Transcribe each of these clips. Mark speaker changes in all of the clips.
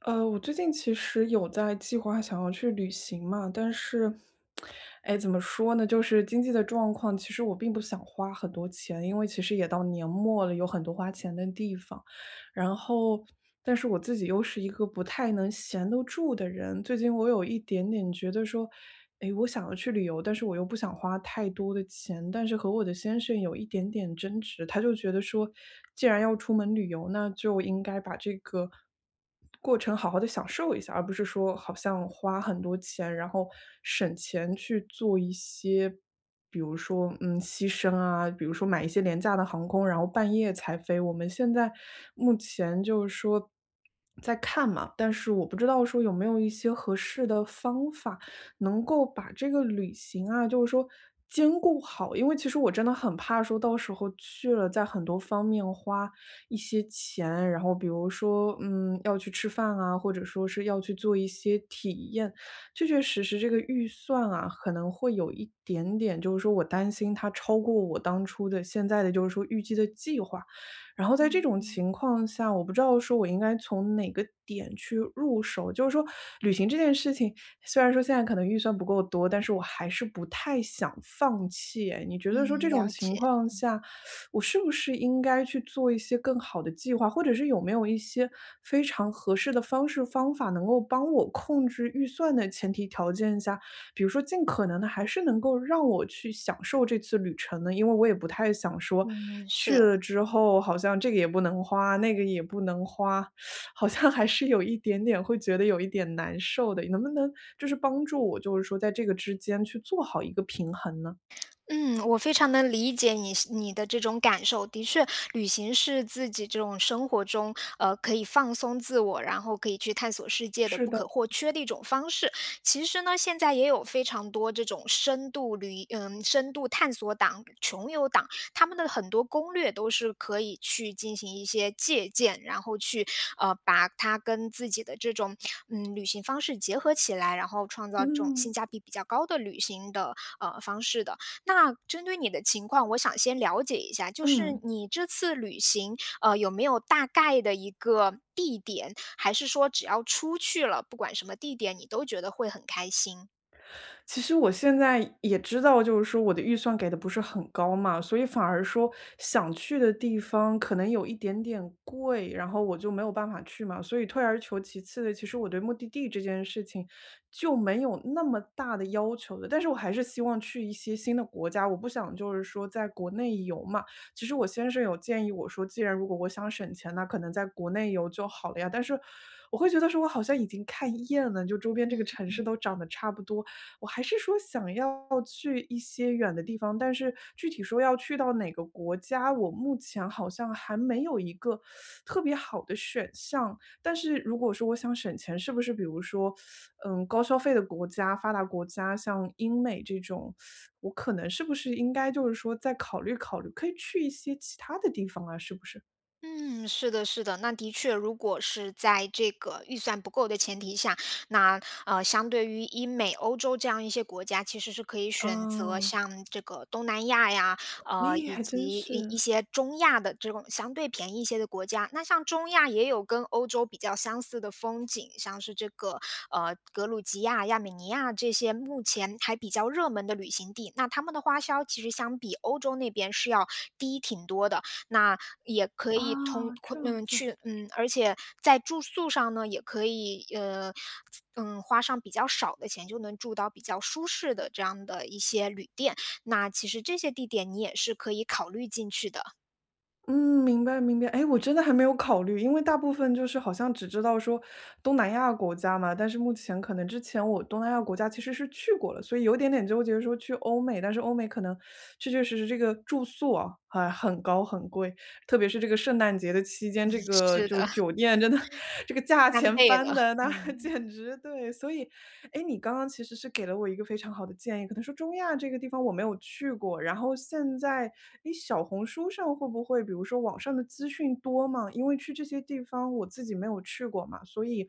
Speaker 1: 我最近其实有在计划想要去旅行嘛，但是，哎，怎么说呢？就是经济的状况，其实我并不想花很多钱，因为其实也到年末了，有很多花钱的地方。然后，但是我自己又是一个不太能闲得住的人，最近我有一点点觉得说，哎，我想要去旅游，但是我又不想花太多的钱，但是和我的先生有一点点争执，他就觉得说，既然要出门旅游，那就应该把这个。过程好好的享受一下，而不是说好像花很多钱，然后省钱去做一些，比如说，牺牲啊，比如说买一些廉价的航空，然后半夜才飞。我们现在目前就是说在看嘛，但是我不知道说有没有一些合适的方法，能够把这个旅行啊，就是说兼顾好。因为其实我真的很怕说到时候去了，在很多方面花一些钱，然后比如说，要去吃饭啊，或者说是要去做一些体验，确确实实这个预算啊，可能会有一点点，就是说我担心它超过我当初的现在的就是说预计的计划，然后在这
Speaker 2: 嗯
Speaker 1: 种
Speaker 2: 嗯。
Speaker 1: 情况下，我不知道说我应该从哪个点去入手。就是说，旅行这件事情，虽然说现在可能预算不够多，但是我还是不太想放弃。哎，你觉得说这
Speaker 2: 嗯，
Speaker 1: 种
Speaker 2: 了
Speaker 1: 情
Speaker 2: 解。
Speaker 1: 况下，我是不是应该去做一些更好的计划，或者是有没有一些非常合适的方式方法，能够帮我控制预算的前提条件下，比如说尽可能的还是能够让我去享受这次旅程呢？因为我也不太想说
Speaker 2: 嗯，
Speaker 1: 去
Speaker 2: 是。
Speaker 1: 了之后好像这个也不能花，那个也不能花，好像还是有一点点会觉得有一点难受的。能不能就是帮助我，就是说在这个之间去做好一个平衡呢？
Speaker 2: 嗯，我非常能理解你是你的这种感受。的确，旅行是自己这种生活中，可以放松自我，然后可以去探索世界的
Speaker 1: 是
Speaker 2: 不
Speaker 1: 的，
Speaker 2: 可或缺的一种方式。其实呢，现在也有非常多这种深度旅，深度探索党、穷游党，他们的很多攻略都是可以去进行一些借鉴，然后去把它跟自己的这种旅行方式结合起来，然后创造这种
Speaker 1: 嗯
Speaker 2: 性价比比较高的旅行的方式的。那针对你的情况，我想先了解一下，就是
Speaker 1: 嗯。
Speaker 2: 你这次旅行，有没有大概的一个地点，还是说只要出去了，不管什么地点，你都觉得会很开心？
Speaker 1: 其实我现在也知道，就是说我的预算给的不是很高嘛，所以反而说想去的地方可能有一点点贵，然后我就没有办法去嘛。所以退而求其次的，其实我对目的地这件事情就没有那么大的要求的。但是我还是希望去一些新的国家，我不想就是说在国内游嘛。其实我先生有建议我说，既然如果我想省钱，那可能在国内游就好了呀。但是我会觉得说，我好像已经看厌了，就周边这个
Speaker 2: 嗯。
Speaker 1: 城市都长得差不多，我还是说想要去一些远的地方，但是具体说要去到哪个国家，我目前好像还没有一个特别好的选项。但是如果说我想省钱，是不是比如说，高消费的国家、发达国家，像英美这种，我可能是不是应该就是说再考虑考虑，可以去一些其他的地方啊？是不是？
Speaker 2: 嗯，是的，是的，那的确，如果是在这个预算不够的前提下，那相对于英美、欧洲这样一些国家，其实是可以
Speaker 1: 啊，
Speaker 2: 选择像这个东南亚呀，
Speaker 1: 你也
Speaker 2: 以
Speaker 1: 还真
Speaker 2: 及一一
Speaker 1: 是，
Speaker 2: 些中亚的这种相对便宜一些的国家。那像中亚也有跟欧洲比较相似的风景，像是这个格鲁吉亚、亚美尼亚这些目前还比较热门的旅行地，那他们的花销其实相比欧洲那边是要低挺多的。那也可以通
Speaker 1: 啊，这样子。
Speaker 2: 去而且在住宿上呢，也可以，花上比较少的钱，就能住到比较舒适的这样的一些旅店。那其实这些地点你也是可以考虑进去的，
Speaker 1: 嗯，明白明白。哎，我真的还没有考虑，因为大部分就是好像只知道说东南亚国家嘛，但是目前可能之前我东南亚国家其实是去过了，所以有点点纠结说去欧美，但是欧美可能确确实实这个住宿啊还很高很贵，特别是这个圣诞节的期间，这个
Speaker 2: 是
Speaker 1: 就
Speaker 2: 的。
Speaker 1: 酒店真的 这个价
Speaker 2: 翻
Speaker 1: 钱
Speaker 2: 倍
Speaker 1: 翻
Speaker 2: 了，
Speaker 1: 的那
Speaker 2: 嗯，
Speaker 1: 简直对。所以，哎，你刚刚其实是给了我一个非常好的建议，可能说中亚这个地方我没有去过，然后现在，诶，小红书上会不会比如说网上的资讯多吗？因为去这些地方我自己没有去过嘛，所以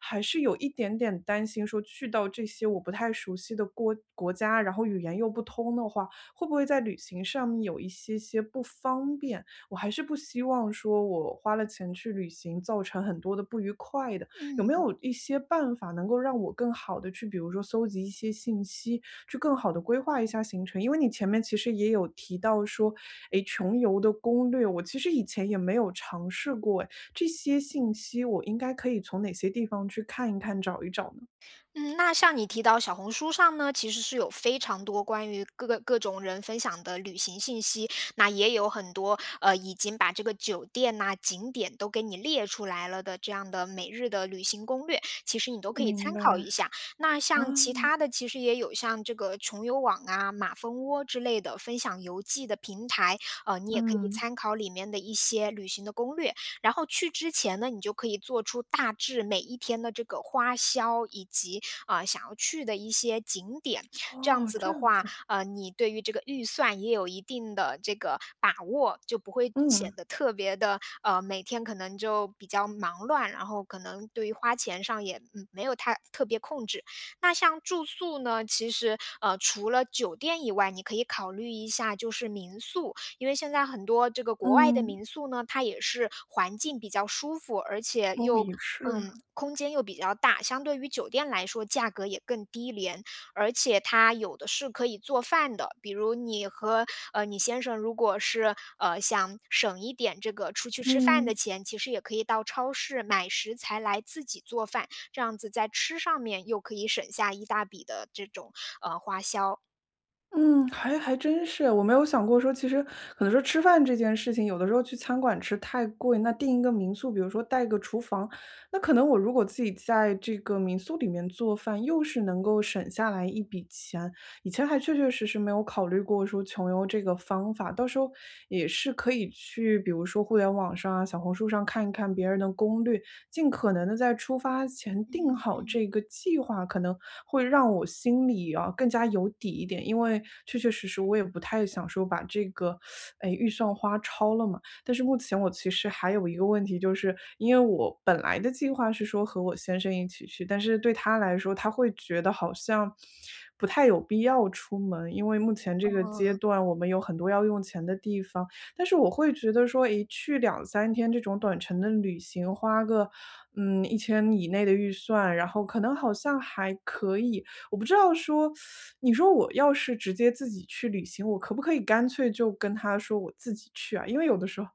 Speaker 1: 还是有一点点担心说去到这些我不太熟悉的国家，然后语言又不通的话，会不会在旅行上面有一些些不方便？我还是不希望说我花了钱去旅行，造成很多的不愉快的。有没
Speaker 2: 嗯。
Speaker 1: 有一些办法能够让我更好的去，比如说搜集一些信息，去更好的规划一下行程？因为你前面其实也有提到说，诶，穷游的攻略，我其实以前也没有尝试过诶，这些信息我应该可以从哪些地方去看一看、找一找呢？
Speaker 2: 嗯，那像你提到小红书上呢，其实是有非常多关于各个各种人分享的旅行信息，那也有很多已经把这个酒店呐、景点都给你列出来了的这样的每日的旅行攻略，其实你都可以
Speaker 1: 明
Speaker 2: 参考
Speaker 1: 白，
Speaker 2: 一下。那像其
Speaker 1: 啊，
Speaker 2: 他的，其实也有像这个穷游网啊、马蜂窝之类的分享游记的平台，你也可以
Speaker 1: 嗯，
Speaker 2: 参考里面的一些旅行的攻略。然后去之前呢，你就可以做出大致每一天的这个花销，以及啊、想要去的一些景点。这样
Speaker 1: 哦，
Speaker 2: 子
Speaker 1: 这
Speaker 2: 的
Speaker 1: 样
Speaker 2: 话，
Speaker 1: 子，
Speaker 2: 你对于这个预算也有一定的这个把握，就不会显
Speaker 1: 嗯，
Speaker 2: 得特别的每天可能就比较忙乱，然后可能对于花钱上也没有太特别控制。那像住宿呢，其实除了酒店以外，你可以考虑一下就是民宿，因为现在很多这个国外的
Speaker 1: 嗯，
Speaker 2: 民宿呢，它也是环境比较舒服，而且
Speaker 1: 哦，
Speaker 2: 又
Speaker 1: 也是，
Speaker 2: 空间又比较大，相对于酒店来说，价格也更低廉，而且它有的是可以做饭的。比如你和你先生如果是想省一点这个出去吃饭的
Speaker 1: 嗯。
Speaker 2: 钱，其实也可以到超市买食材来自己做饭，这样子在吃上面又可以省下一大笔的这种花销。
Speaker 1: 嗯，还还真是，我没有想过说，其实可能说吃饭这件事情，有的时候去餐馆吃太贵，那订一个民宿，比如说带个厨房，那可能我如果自己在这个民宿里面做饭，又是能够省下来一笔钱。以前还确确实实没有考虑过说穷游这个方法，到时候也是可以去，比如说互联网上啊、小红书上看一看别人的攻略，尽可能的在出发前定
Speaker 2: 嗯
Speaker 1: 好
Speaker 2: 嗯
Speaker 1: 这个计划，可能会让我心里啊更加有底一点。因为确确实实我也不太想说把这个，哎，预算花超了嘛。但是目前我其实还有一个问题，就是因为我本来的计划是说和我先生一起去，但是对他来说，他会觉得好像不太有必要出门，因为目前 这个阶
Speaker 2: 嗯，
Speaker 1: 段我们有很多要用钱的地方。但是我会觉得说，诶，去两三天这种短程的旅行，花个，1000以内的预算，然后可能好像还可以。我不知道说，你说我要是直接自己去旅行，我可不可以干脆就跟他说我自己去啊？因为有的时候，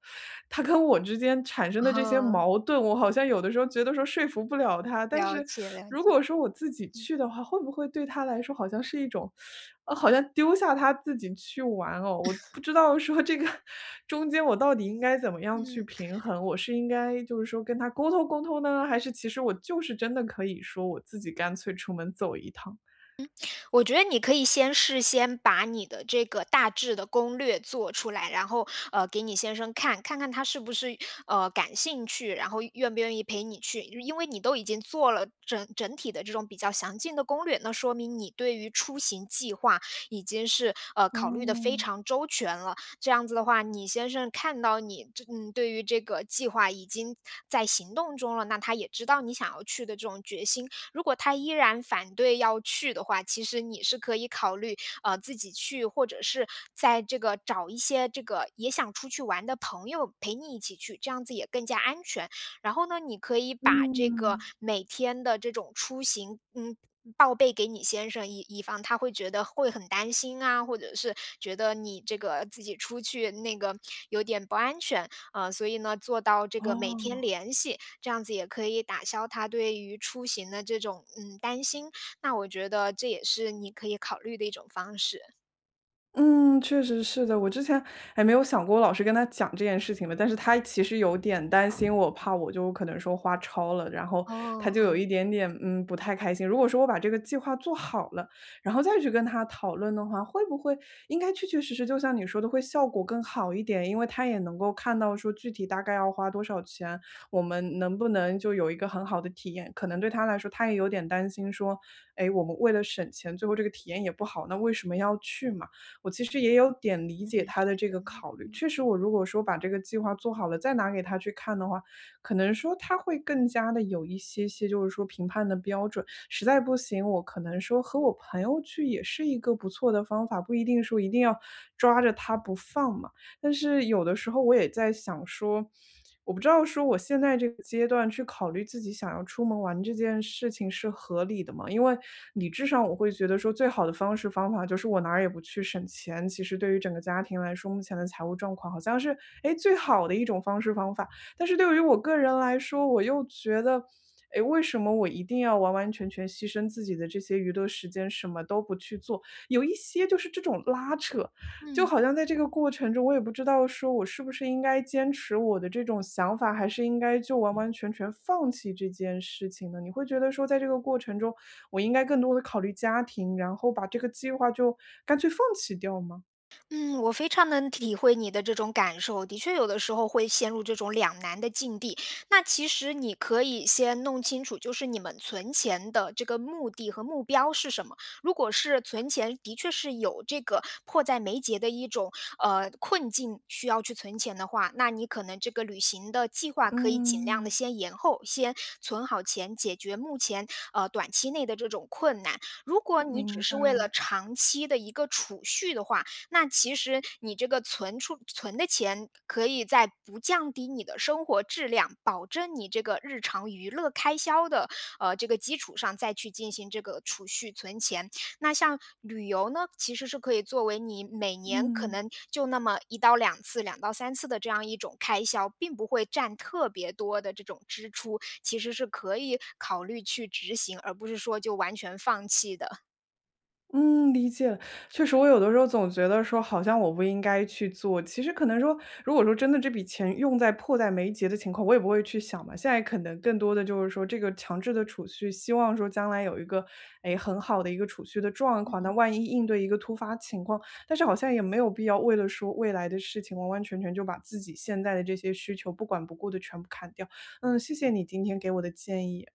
Speaker 1: 他跟我之间产生的这些
Speaker 2: 哦，
Speaker 1: 矛盾，我好像有的时候觉得说说服不了他。但
Speaker 2: 了
Speaker 1: 是
Speaker 2: 解了
Speaker 1: 如
Speaker 2: 解，
Speaker 1: 果说我自己
Speaker 2: 嗯。
Speaker 1: 去的话，会不会对他来说好像是一种好像丢下他自己去玩哦，我不知道说这个 中间我到底应该怎么样去
Speaker 2: 嗯，
Speaker 1: 平衡？我是应该就是说跟他沟通沟通呢，还是其实我就是真的可以说我自己干脆出门走一趟？
Speaker 2: 我觉得你可以先事先把你的这个大致的攻略做出来，然后，给你先生看，看看他是不是，感兴趣，然后愿不愿意陪你去。因为你都已经做了整整体的这种比较详尽的攻略，那说明你对于出行计划已经是，考虑的非
Speaker 1: 哦，
Speaker 2: 常周全了。这样子的话，你先生看到你这对于这个计划已经在行动中了，那他也知道你想要去的这种决心，如果他依然反对要去的话，其实你是可以考虑，自己去，或者是在这个找一些这个也想出去玩的朋友陪你一起去，这样子也更加安全。然后呢，你可以把这个
Speaker 1: 嗯，
Speaker 2: 每天的这种出行，嗯。报备给你先生，以防他会觉得会很担心啊，或者是觉得你这个自己出去那个有点不安全，啊，所以呢，做到这个每天
Speaker 1: 哦。
Speaker 2: 联系，这样子也可以打消他对于出行的这种，嗯，担心，那我觉得这也是你可以考虑的一种方式。
Speaker 1: 嗯，确实是的。我之前还没有想过我老师跟他讲这件事情吧，但是他其实有点担心我，怕我就可能说花超了，然后他
Speaker 2: 哦，
Speaker 1: 就有一点点不太开心。如果说我把这个计划做好了，然后再去跟他讨论的话，会不会应该确确实实就像你说的，会效果更好一点？因为他也能够看到说具体大概要花多少钱，我们能不能就有一个很好的体验？可能对他来说，他也有点担心说，哎，我们为了省钱，最后这个体验也不好，那为什么要去嘛？我其实也有点理解
Speaker 2: 嗯，
Speaker 1: 他的这个考虑。确实，我如果说把这个计划做好了，再拿给他去看的话，可能说他会更加的有一些些，就是说评判的标准。实在不行，我可能说和我朋友去也是一个不错的方法，不一定说一定要抓着他不放嘛。但是有的时候我也在想说，我不知道说我现在这个阶段去考虑自己想要出门玩这件事情是合理的吗？因为理智上我会觉得说，最好的方式方法就是我哪儿也不去省钱。其实对于整个家庭来说，目前的财务状况好像是哎最好的一种方式方法。但是对于我个人来说，我又觉得。诶，为什么我一定要完完全全牺牲自己的这些娱乐时间，什么都不去做？有一些就是这种拉扯，就
Speaker 2: 嗯
Speaker 1: 好像在这个过程中，我也不知道说我是不是应该坚持我的这种想法，还是应该就完完全全放弃这件事情呢？你会觉得说，在这个过程中，我应该更多的考虑家庭，然后把这个计划就干脆放弃掉吗？
Speaker 2: 嗯，我非常能体会你的这种感受，的确有的时候会陷入这种两难的境地。那其实你可以先弄清楚，就是你们存钱的这个目的和目标是什么。如果是存钱，的确是有这个迫在眉睫的一种困境需要去存钱的话，那你可能这个旅行的计划可以尽量的
Speaker 1: 嗯，
Speaker 2: 先延后，先存好钱，解决目前短期内的这种困难。如果你只
Speaker 1: 明
Speaker 2: 是为了
Speaker 1: 白，
Speaker 2: 长期的一个储蓄的话，那其实你这个存的钱，可以在不降低你的生活质量，保证你这个日常娱乐开销的，这个基础上再去进行这个储蓄存钱。那像旅游呢，其实是可以作为你每年可
Speaker 1: 嗯。
Speaker 2: 能就那么一到两次、两到三次的这样一种开销，并不会占特别多的这种支出，其实是可以考虑去执行，而不是说就完全放弃的。
Speaker 1: 嗯，理解了。确实我有的时候总觉得说好像我不应该去做，其实可能说，如果说真的这笔钱用在迫在眉睫的情况，我也不会去想嘛。现在可能更多的就是说这个强制的储蓄，希望说将来有一个，哎，很好的一个储蓄的状况，那万一应对一个突发情况，但是好像也没有必要为了说未来的事情，完完全全就把自己现在的这些需求不管不顾的全部砍掉。嗯，谢谢你今天给我的建议。